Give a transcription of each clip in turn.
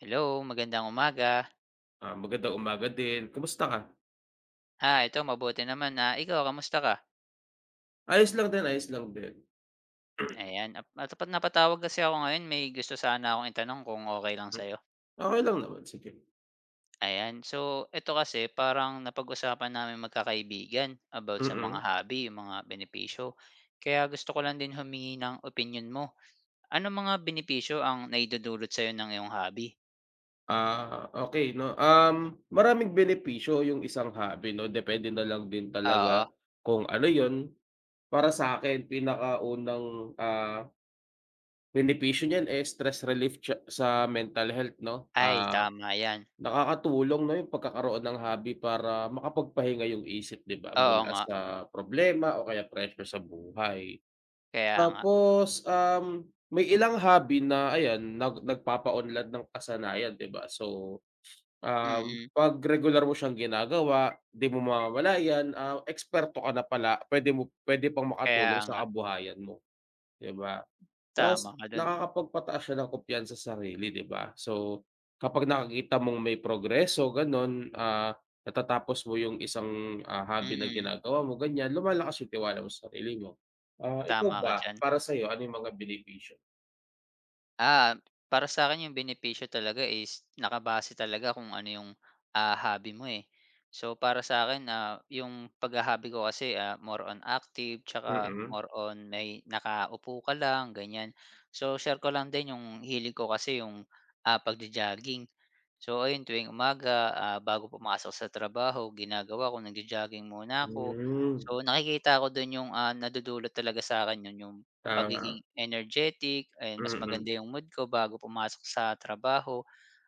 Hello, magandang umaga. Ah, magandang umaga din. Kumusta ka? Ito mabuti naman. Ikaw kamusta ka? Ayos lang din, ayos lang din. Ayan, napatawag kasi ako ngayon may gusto sana akong itanong kung okay lang sa'yo. Okay lang naman, sige. Ayan, so ito kasi parang napag-usapan namin magkakaibigan about sa mga Mm. hobby, yung mga benepisyo. Kaya gusto ko lang din humingi ng opinion mo. Ano mga benepisyo ang naidudulot sa'yo ng iyong hobby? Okay 'no. Maraming benepisyo yung isang hobby 'no, depende na lang din Oo. talaga kung ano yon. Para sa'kin pinakaunang, benepisyo niyan, eh, stress relief siya sa mental health 'no. Ay, tama 'yan. Nakakatulong 'no yung pagkakaroon ng hobby para makapagpahinga yung isip, 'di ba, Oo mula nga, sa problema o kaya pressure sa buhay. kaya nga. Tapos, may ilang hobby na ayan nagpapaunlad ng kasanayan, 'di ba? So, Mm, 'pag regular mo siyang ginagawa, 'di mo mamamalayan, eksperto ka na pala, puwede pang kaya makatulong sa nga. kabuhayan mo, 'di ba? Tama Ta's ka dun. nakakapagpataas siya ng kumpiyansa sa sarili, 'di ba? So, kapag nakikita mong may progreso gano'n, natatapos mo yung isang, hobby na Mm, ginagawa mo ganyan, lumalakas yung tiwala mo sa sarili mo. Ah, ikaw tama ka ba, diyan. para sa'yo ano yung mga benepisyo? Ah, Para sa akin yung benepisyo talaga is nakabase talaga kung ano yung, hobby mo, eh. So, para sa akin yung pagha-hobby ko kasi, more on active tsaka Mm. more on may nakaupo ka lang, ganyan. So, share ko lang din yung hilig ko kasi yung, pagjo-jogging. So, ayun tuwing umaga, bago pumasok sa trabaho ginagawa ko nagjo-jogging muna ako. Hmm, So, nakikita ko dun yung, nadudulot talaga sa'kin nun yung tama. pagiging energetic, ayan mas Mm. maganda yung mood ko bago pumasok sa trabaho.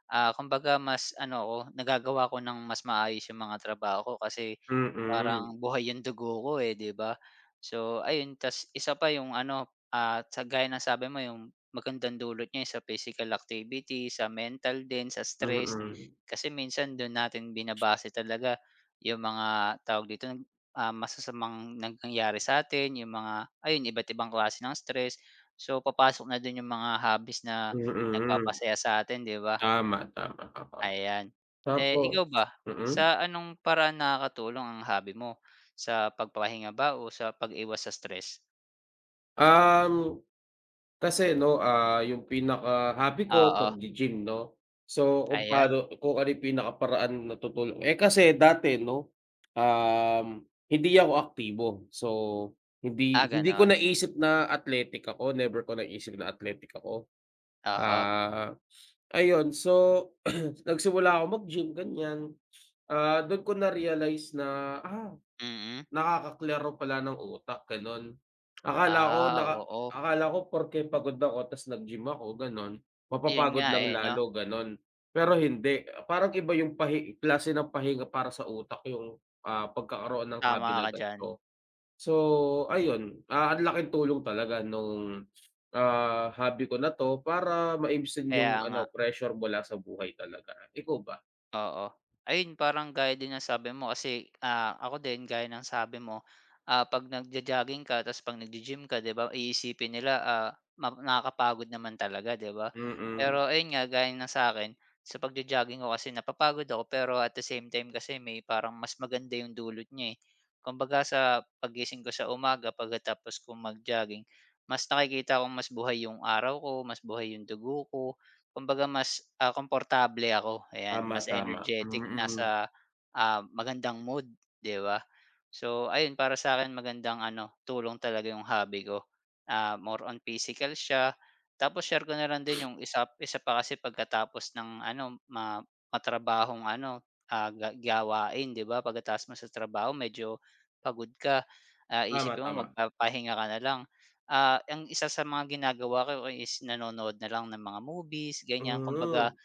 Kumbaga mas ano ako, nagagawa ko ng mas maayos yung mga trabaho ko kasi Mm. parang buhay yung dugo ko, eh, 'di ba? So ayun, ta's isa pa yung ano, at sa gaya ng sabi mo yung magandang dulot niya sa physical activity, sa mental din, sa stress. Mm. Kasi minsan doon natin binabase talaga yung mga tawag dito, masasamang nangyayari sa atin yung mga ayun, iba't ibang klase ng stress. So papasok na dun yung mga hobbies na Mm. nagpapasaya sa atin 'di ba? Tama, tama, oo. Ayan. Eh, ikaw ba, Tapos mm. sa anong paraan nakakatulong ang hobby mo? Sa pagpapahinga ba o sa pag-iwas sa stress? Um, kasi 'no, ah, yung pinaka-hobby ko Oo, paggi-gym 'no. So, kung ayan. paano kung ano yung pinakaparaan na tutulong eh, kasi dati 'no, um, hindi ako aktibo. So, hindi hindi ko Gano'n. naisip na athletic ako, never ko naisip na athletic ako. Oo, Ah, Ayun so, nagsimula ako mag-gym ganyan. Ah, dun ko na-realize na, ah, mm. nakakaklaro pala ng utak gano'n. Oo. Akala ko porke pagod ako ta's nag-gym ako gano'n, Yun mapapagod nga, lang eh, 'no, lalo gano'n. Pero hindi, parang iba yung klase ng pahinga para sa utak yung, pagkakaroon ng hobby tama na ka diyan. ganito. So ayun, ang laking tulong talaga nung, hobby ko na 'to para maibsan yung Kaya nga. ano pressure mula sa buhay talaga. Ikaw ba? Oo. Ayun parang gaya din ng sabi mo kasi, ako din gaya ng sabi mo, 'pag nagjo-jogging ka tapos 'pag naggi-gym ka 'di ba iisipin nila, nakakapagod naman talaga 'di ba? Mm, Pero ayun nga gaya ng sa'kin, sa pagjo-jogging ko kasi napapagod ako pero at the same time kasi may parang mas maganda yung dulot niya, eh. Kumbaga sa pagising ko sa umaga pagkatapos kong mag-jogging, mas nakikita kong mas buhay yung araw ko, mas buhay yung dugo ko, kumbaga mas, komportable ako, ayan. tama, Mas tama. energetic, Mm, nasa, magandang mood, 'di ba? So ayun, para sa akin magandang ano, tulong talaga yung hobby ko. More on physical siya, tapos share ko na lang din yung isa isa pa kasi pagkatapos ng ano, matrabahong ano, ah, ga gawain, 'di ba? Pagkatapos mo sa trabaho medyo pagod ka, tama, isipin mo tama. magpapahinga ka na lang. Ang isa sa mga ginagawa ko is nanonood na lang ng mga movies ganyan kumbaga Mm.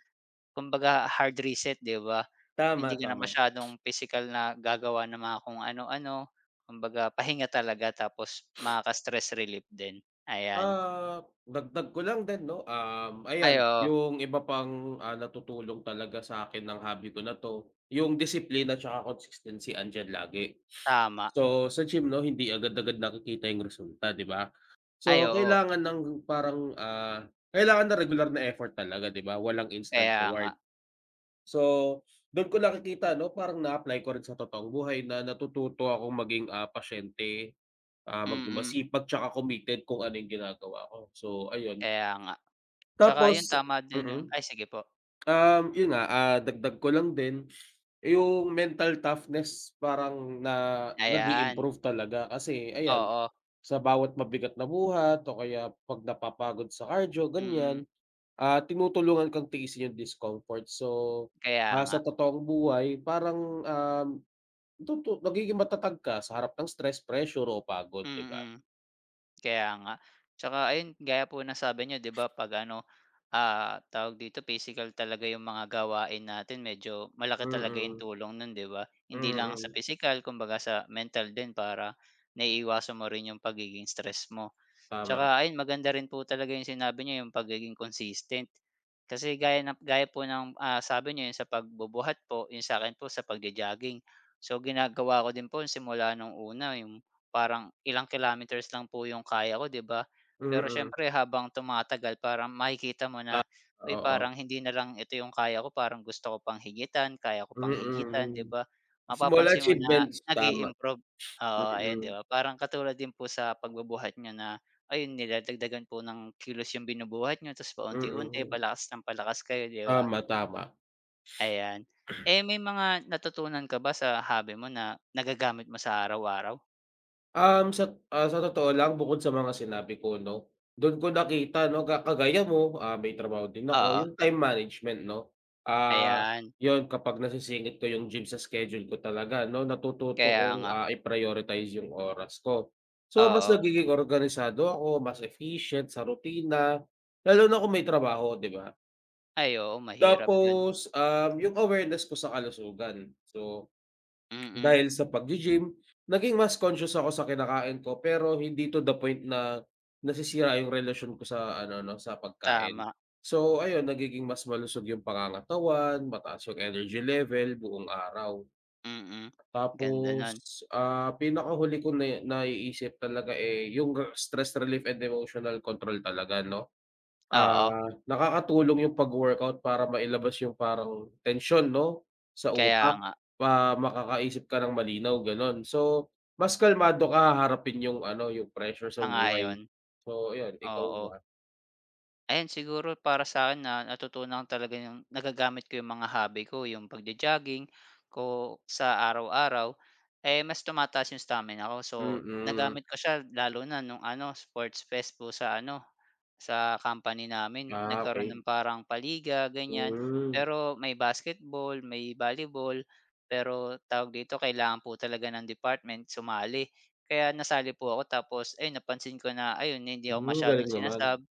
kumbaga hard reset 'di ba? Hindi Tama, ka na tama. masyadong pisikal na gagawa ng mga kung ano-ano, kumbaga pahinga talaga tapos makaka-stress relief din, ayan. Ah, dagdag ko lang din 'no, um, Ay ayan oo, yung iba pang, natutulong talaga sa'kin ng hobby ko na 'to, yung disiplina tsaka consistency andiyan lagi. tama. So, sa gym 'no, hindi agad-agad nakikita yung resulta, 'di ba? Ay So, oo, parang, ah, kailangan ng regular na effort talaga, 'di ba? Walang instant kaya nga, reward. So, dun ko nakikita 'no, parang na-apply ko rin sa totoong buhay na natututo akong maging, pasyente. Ah, maging mm, masipag tsaka committed kung ano yung ginagawa ko. So ayun, kaya nga. Tsaka yun tapos tama din yung mm. ay sige po. Um, yun nga, ah, dagdag ko lang din, yung mental toughness parang na Ayan, nag-i-improve talaga kasi ayan, oo, sa bawat mabigat na buhat o kaya 'pag napapagod sa cardio mm, ganyan, tinutulungan kang tiisin yung discomfort. So, kaya nga, sa totoong buhay parang, um, nagiging matatag ka sa harap ng stress, pressure o pagod, 'di ba? mm. Kaya nga. Tsaka ayun, gaya po ng sabi niyo 'di ba 'pag ano, tawag dito physical talaga yung mga gawain natin medyo malaki talaga yung Mm, tulong nun 'di ba? Hindi lang sa mm. pisikal kumbaga sa mental din para naiiwasan mo rin yung pagiging stress mo. Tama, Tsaka ayun maganda rin po talaga yung sinabi niyo yung pagiging consistent. Kasi gaya po ng, sabi niyo yung sa pagbubuhat po, yung sa'kin po sa pagjo-jogging. So ginagawa ko din po simula nung una yung parang ilang kilometers lang po yung kaya ko 'di ba? Pero mm. siyempre habang tumatagal parang makikita mo Ta na, uy Oo, parang hindi na lang ito yung kaya ko, parang gusto ko pang higitan, kaya ko pang higitan 'di mm. ba? Small Mapapansin mo na achievements, nag tama, improve. Oo, ayan mm, 'di ba? Parang katulad din po sa pagbubuhat niyo na ayun niladagdagan po ng kilos yung binubuhat niyo ta's paunti-unti mm. palakas ng palakas kayo, 'di ba? Tama, tama. Ayan. Eh, may mga natutunan ka ba sa hobby mo na nagagamit mo sa araw-araw? Um, sa ah, sa totoo lang bukod sa mga sinabi ko 'no, dun ko nakita 'no kagaya mo, ah, may trabaho din ako, Oo. yung time management 'no. Ah, Ayan, yun kapag nasisingit ko yung gym sa schedule ko talaga 'no, natututo kaya kong, nga. I-prioritize yung oras ko. So, mas Oo. nagiging organisado ako, mas efficient sa rutina, lalo na kung may trabaho, 'di ba? Ay, oo mahirap yun. Tapos, yung awareness ko sa kalusugan. So, Mm, dahil sa pag gym naging mas conscious ako sa kinakain ko pero hindi to the point na nasisira yung relasyon ko sa ano 'no, sa pagkain. tama. So ayun, nagiging mas malusog yung pangangatawan, mataas yung energy level buong araw. Mm, ganda nun. Tapos, ah, pinakahuli ko na naiisip talaga, eh, yung stress relief and emotional control talaga 'no. Ah, Oo, nakakatulong yung pag-workout para mailabas yung parang tensyon 'no, sa kaya utak, nga. Makakaisip ka ng malinaw gano'n. So, mas kalmado ka haharapin yung ano, yung pressure sa buhay. Sangayon. Ayon So ayun, ikaw oo. ba? Ayan siguro para sa akin na natutunan ko talaga yung nagagamit ko yung mga hobby ko, yung pagjo-jogging ko sa araw-araw, eh, mas tumataas yung stamina ko. So, Mm. nagamit ko siya lalo na nung ano, sports fest po sa ano, sa company namin. Ah, Nagkaroon okey. ng parang paliga ganyan. Hmm, Pero may basketball, may volleyball, pero tawag dito, kailangan po talaga ng department sumali. Kaya nasali po ako tapos ayun, napansin ko na ayun, hindi ako hmm, masyadong galing naman. sinasab.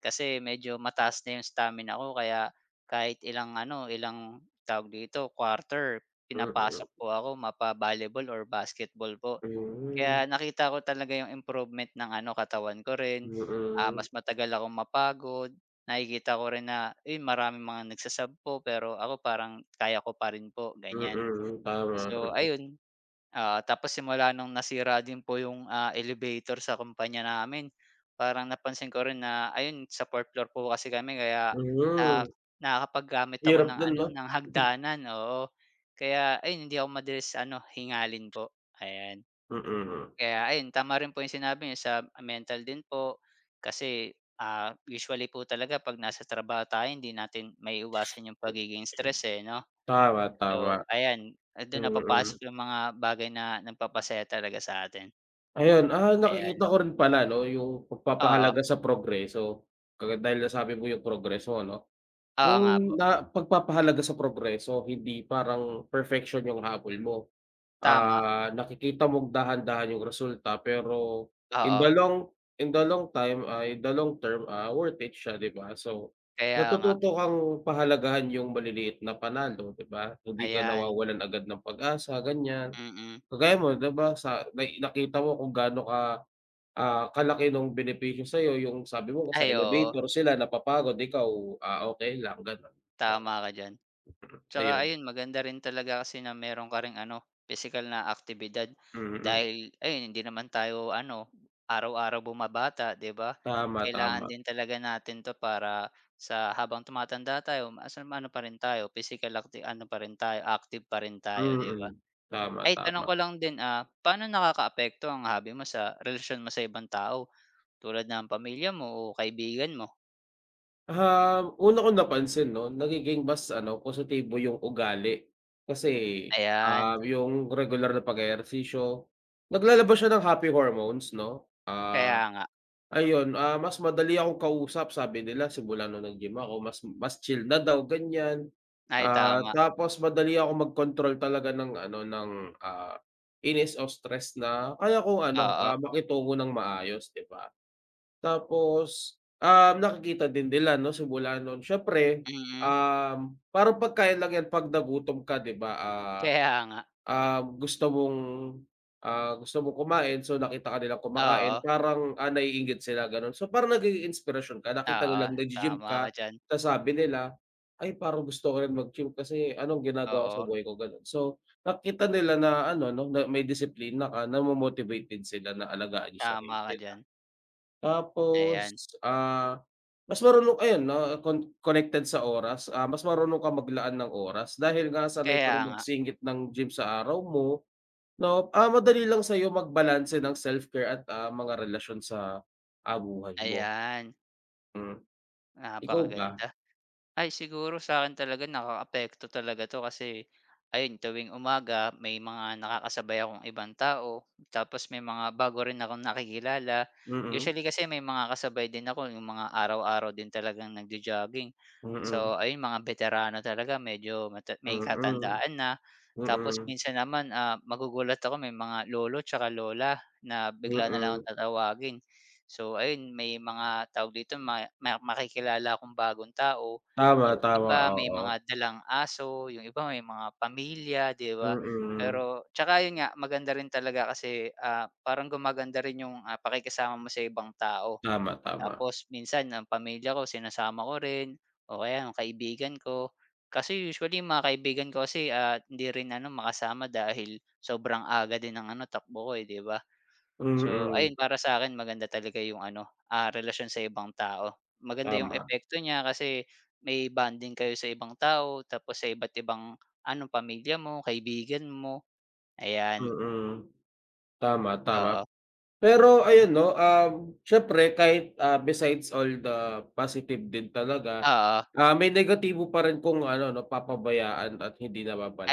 Kasi medyo mataas na yung stamina ko kaya kahit ilang ano, ilang tawag dito, quarter, Mm, pinapasok po ako mapa-volleyball or basketball po. hmm, Kaya nakita ko talaga yung improvement ng ano, katawan ko rin, mm, mas matagal akong mapagod, nakikita ko rin na, eh maraming mga nagsa po pero ako parang kaya ko pa rin po, ganyan. mm, tama, So mm. ayun, oo, tapos simula nung nasira din po yung, elevator sa kumpanya namin, parang napansin ko rin na ayun sa 4th floor po kasi kami kaya, Hmm, ah, nakakapaggamit ako hirap ng nun ano, 'no? ng hagdanan, oo. Kaya ayun hindi ako madalas ano, hingalin po, ayan. Mm, Kaya ayun tama rin po yung sinabi niyo sa mental din po kasi, usually po talaga 'pag nasa trabaho tayo hindi natin maiiwasan yung pagiging stress, eh, 'no? tama, So, tama, ayan, dun na mm. papasok yung mga bagay na nagpapasaya talaga sa atin, Ayun, ayan. nakikita ko rin pala 'no, yung Oo, pagpapahalaga sa progreso, dahil nasabi mo yung progreso 'no. oo nga po, Yung pagpapahalaga sa progreso, hindi parang perfection yung habol mo. tama, Ah, nakikita mong dahan-dahan yung resulta pero in oo, the long in the long term, ah, worth it siya, 'di ba? So, kaya nga, natututo kang pahalagahan yung maliliit na panalo, 'di ba? Hindi ka ayan, nawawalan agad ng pag-asa, ganyan. mm. Kagaya mo, 'di ba, sa na nakita mo kung gaano ka, kalaki nung benepisyo sa'yo yung sabi mo sa Ay oo, elevator, sila napapagod, ikaw, ah, okey lang gano'n. Oo, tama ka diyan. Tsaka ayun, ayun maganda rin talaga kasi na meron ka ring ano, pisikal na aktibidad mm. dahil ayun hindi naman tayo ano, araw-araw bumabata 'di ba? Tama, Kailangan tama, din talaga natin 'to para sa habang tumatanda tayo as in, ano pa rin tayo active pa rin tayo 'di ba? mm. Tama, Ay tanong tama. ko lang din, paano nakakaapekto ang hobby mo sa relasyon mo sa ibang tao tulad ng pamilya mo o kaibigan mo? Um, una kong napansin 'no, nagiging mas ano positibo yung ugali kasi, Ayan, yung regular na pag-ehersisyo, naglalabas siya ng happy hormones 'no, ah. kaya nga. Ayun, mas madali akong kausap sabi nila simula nung nag-gym ako mas mas chill na daw ganyan. Ay Ah, tama, tapos madali akong mag-control talaga ng ano ng, ah, inis o stress na kaya kong ano, oo, makitungo ng maayos 'di ba? Tapos, nakikita din nila 'no simula nun siyempre, mm, parang pagkain lang yan 'pag nagutom ka 'di ba, ah, kaya nga. Ah, gusto mong, gusto mong kumain, so nakita ka nilang kumakain Oo, parang, naiinggit sila gano'n. So parang nagiging inspirasyon ka, nakita oo, nilang naggi-gym tama ka ka, diyan. tas sabi nila, "Ay parang gusto ko rin mag-gym kasi anong ginagawa ko sa Oo, buhay ko," gano'n. So nakita nila na ano 'no, na may disiplina ka, namo-motivate din sila na alagaan yung tama sarili ka nila. diyan, Tapos, ayan. ah, mas marunong ayun na connected sa oras, ah, mas marunong kang maglaan ng oras dahil nga sanay Kaya kang nga, magsingit ng gym sa araw mo. 'No, madali lang sa'yo magbalanse ng self-care at, mga relasyon sa, buhay mo, ayan, hmm. Ikaw ba? napakaganda. Ay siguro sa'kin talaga nakakaapekto talaga 'to kasi ayun tuwing umaga may mga nakakasabay akong ibang tao, tapos may mga bago rin akong nakikilala. Mm, Usually kasi may mga kasabay din ako yung mga araw-araw din talagang nagjo-jogging. mm, So ayun mga veterano talaga medyo may mm, katandaan na. Tapos mm, minsan naman, magugulat ako may mga lolo tsaka lola na bigla na lang mm. akong tatawagin. So ayun may mga tawag dito ma ma makikilala akong bagong tao Tama, yung tama, iba may oo. mga dalang aso, yung iba may mga pamilya, 'di ba? Mm, Pero tsaka yun nga, maganda rin talaga kasi, parang gumaganda rin yung, pakikisama mo sa ibang tao. tama, tama. Tapos minsan ang pamilya ko sinasama ko rin o kaya yung kaibigan ko. Kasi usually yung mga kaibigan ko kasi, hindi rin ano makasama dahil sobrang aga din ng ano takbo ko, eh, 'di ba? So, Mm, ayun para sa akin maganda talaga yung ano, relasyon sa ibang tao. Maganda yung tama. epekto niya kasi may bonding kayo sa ibang tao tapos sa iba't ibang ano, pamilya mo, kaibigan mo, ayan. Mm, tama, tama. Oo, Pero ayun 'no, um, siyempre kahit, ah, besides all the positive din talaga, oo. May negatibo pa rin kung ano 'no, papabayaan at hindi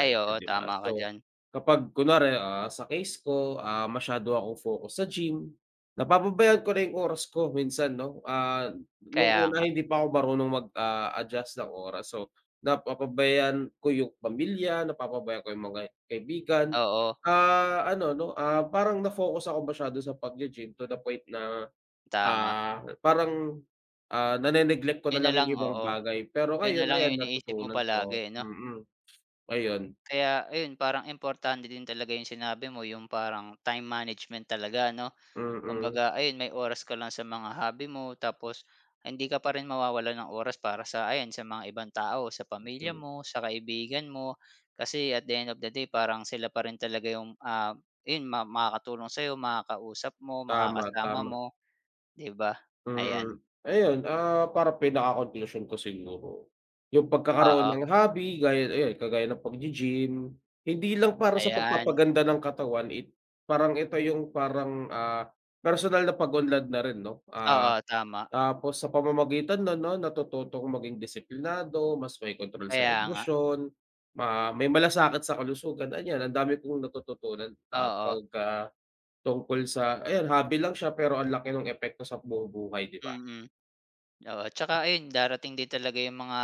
Ay, oo, 'di ba? tama ka So, diyan. kapag kunwari, sa case ko, masyado akong focus sa gym, napapabayaan ko na yung oras ko minsan 'no. Ah, nung Kaya nga. una hindi pa ako marunong mag, adjust ng oras. So, napapabayaan ko yung pamilya, napapabayaan ko yung mga kaibigan. Oo, Ah, ano 'no, parang na-focus ako masyado sa paggi-gym to the point na, tama. ah, parang, nane-neglect ko Yun na na lang yung lang, ibang oo. bagay. Pero Yun na ngayon lang ayan yung iniisip mo natutunan palagi, ko, eh, 'no? mm, ayun, Kaya ayun, parang importante din talaga yung sinabi mo, yung parang time management talaga, 'no? mm, Kumbaga ayun, may oras ka lang sa mga hobby mo tapos hindi ka pa rin mawawalan ng oras para sa ayan, sa mga ibang tao, sa pamilya hmm, mo, sa kaibigan mo. Kasi at the end of the day parang sila pa rin talaga yung, ayun makakatulong sa'yo, makakausap mo, tama, makakasama tama, mo, 'di ba? mm. Ayan, Ayun, parang pinakakonklusyon ko siguro, yung pagkakaroon oo, ng hobby gaya ayun kagaya ng paggi-gym, hindi lang para sa ayan, pagpapaganda ng katawan parang ito yung parang, personal na pag-unlad na rin 'no, ah. oo, tama. Tapos sa pamamagitan nun 'no, natututo akong maging disiplinado, mas may kontrol sa Kaya nga, emosyon, may malasakit sa kalusugan, ayan ang dami kong natututunan, ah, oo, pagka tungkol sa ayan hobby lang siya pero ang laki ng epekto sa buong buhay, 'di ba? mm, oo. Tsaka ayun darating din talaga yung mga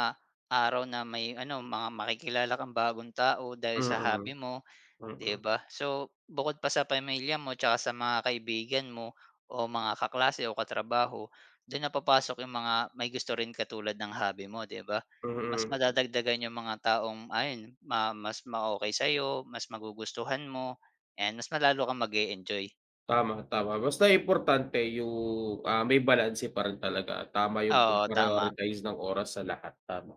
araw na may ano, mga makikilala kang bagong tao dahil sa Mm, hobby mo. 'Di mm, ba? So, bukod pa sa pamilya mo tsaka sa mga kaibigan mo o mga kaklase o katrabaho, do'n na papasok yung mga may gusto rin katulad ng hobby mo, 'di ba? Mas mm. madadagdagan yung mga taong ayun, mas ma-okey sa'yo, mas magugustuhan mo, and mas lalo kang mag-e-enjoy. Tama, tama basta importante yung, may balanse pa rin talaga, tama yung Oo, tama. pag-prioritize ng oras sa lahat, tama.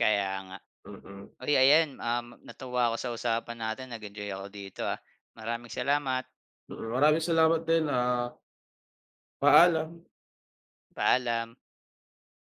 Kaya nga. Mm, mm. Uy, ayan, natuwa ako sa usapan natin, nag-enjoy ako dito, ah. Maraming salamat. Mm, maraming salamat din, ah, paalam. Paalam.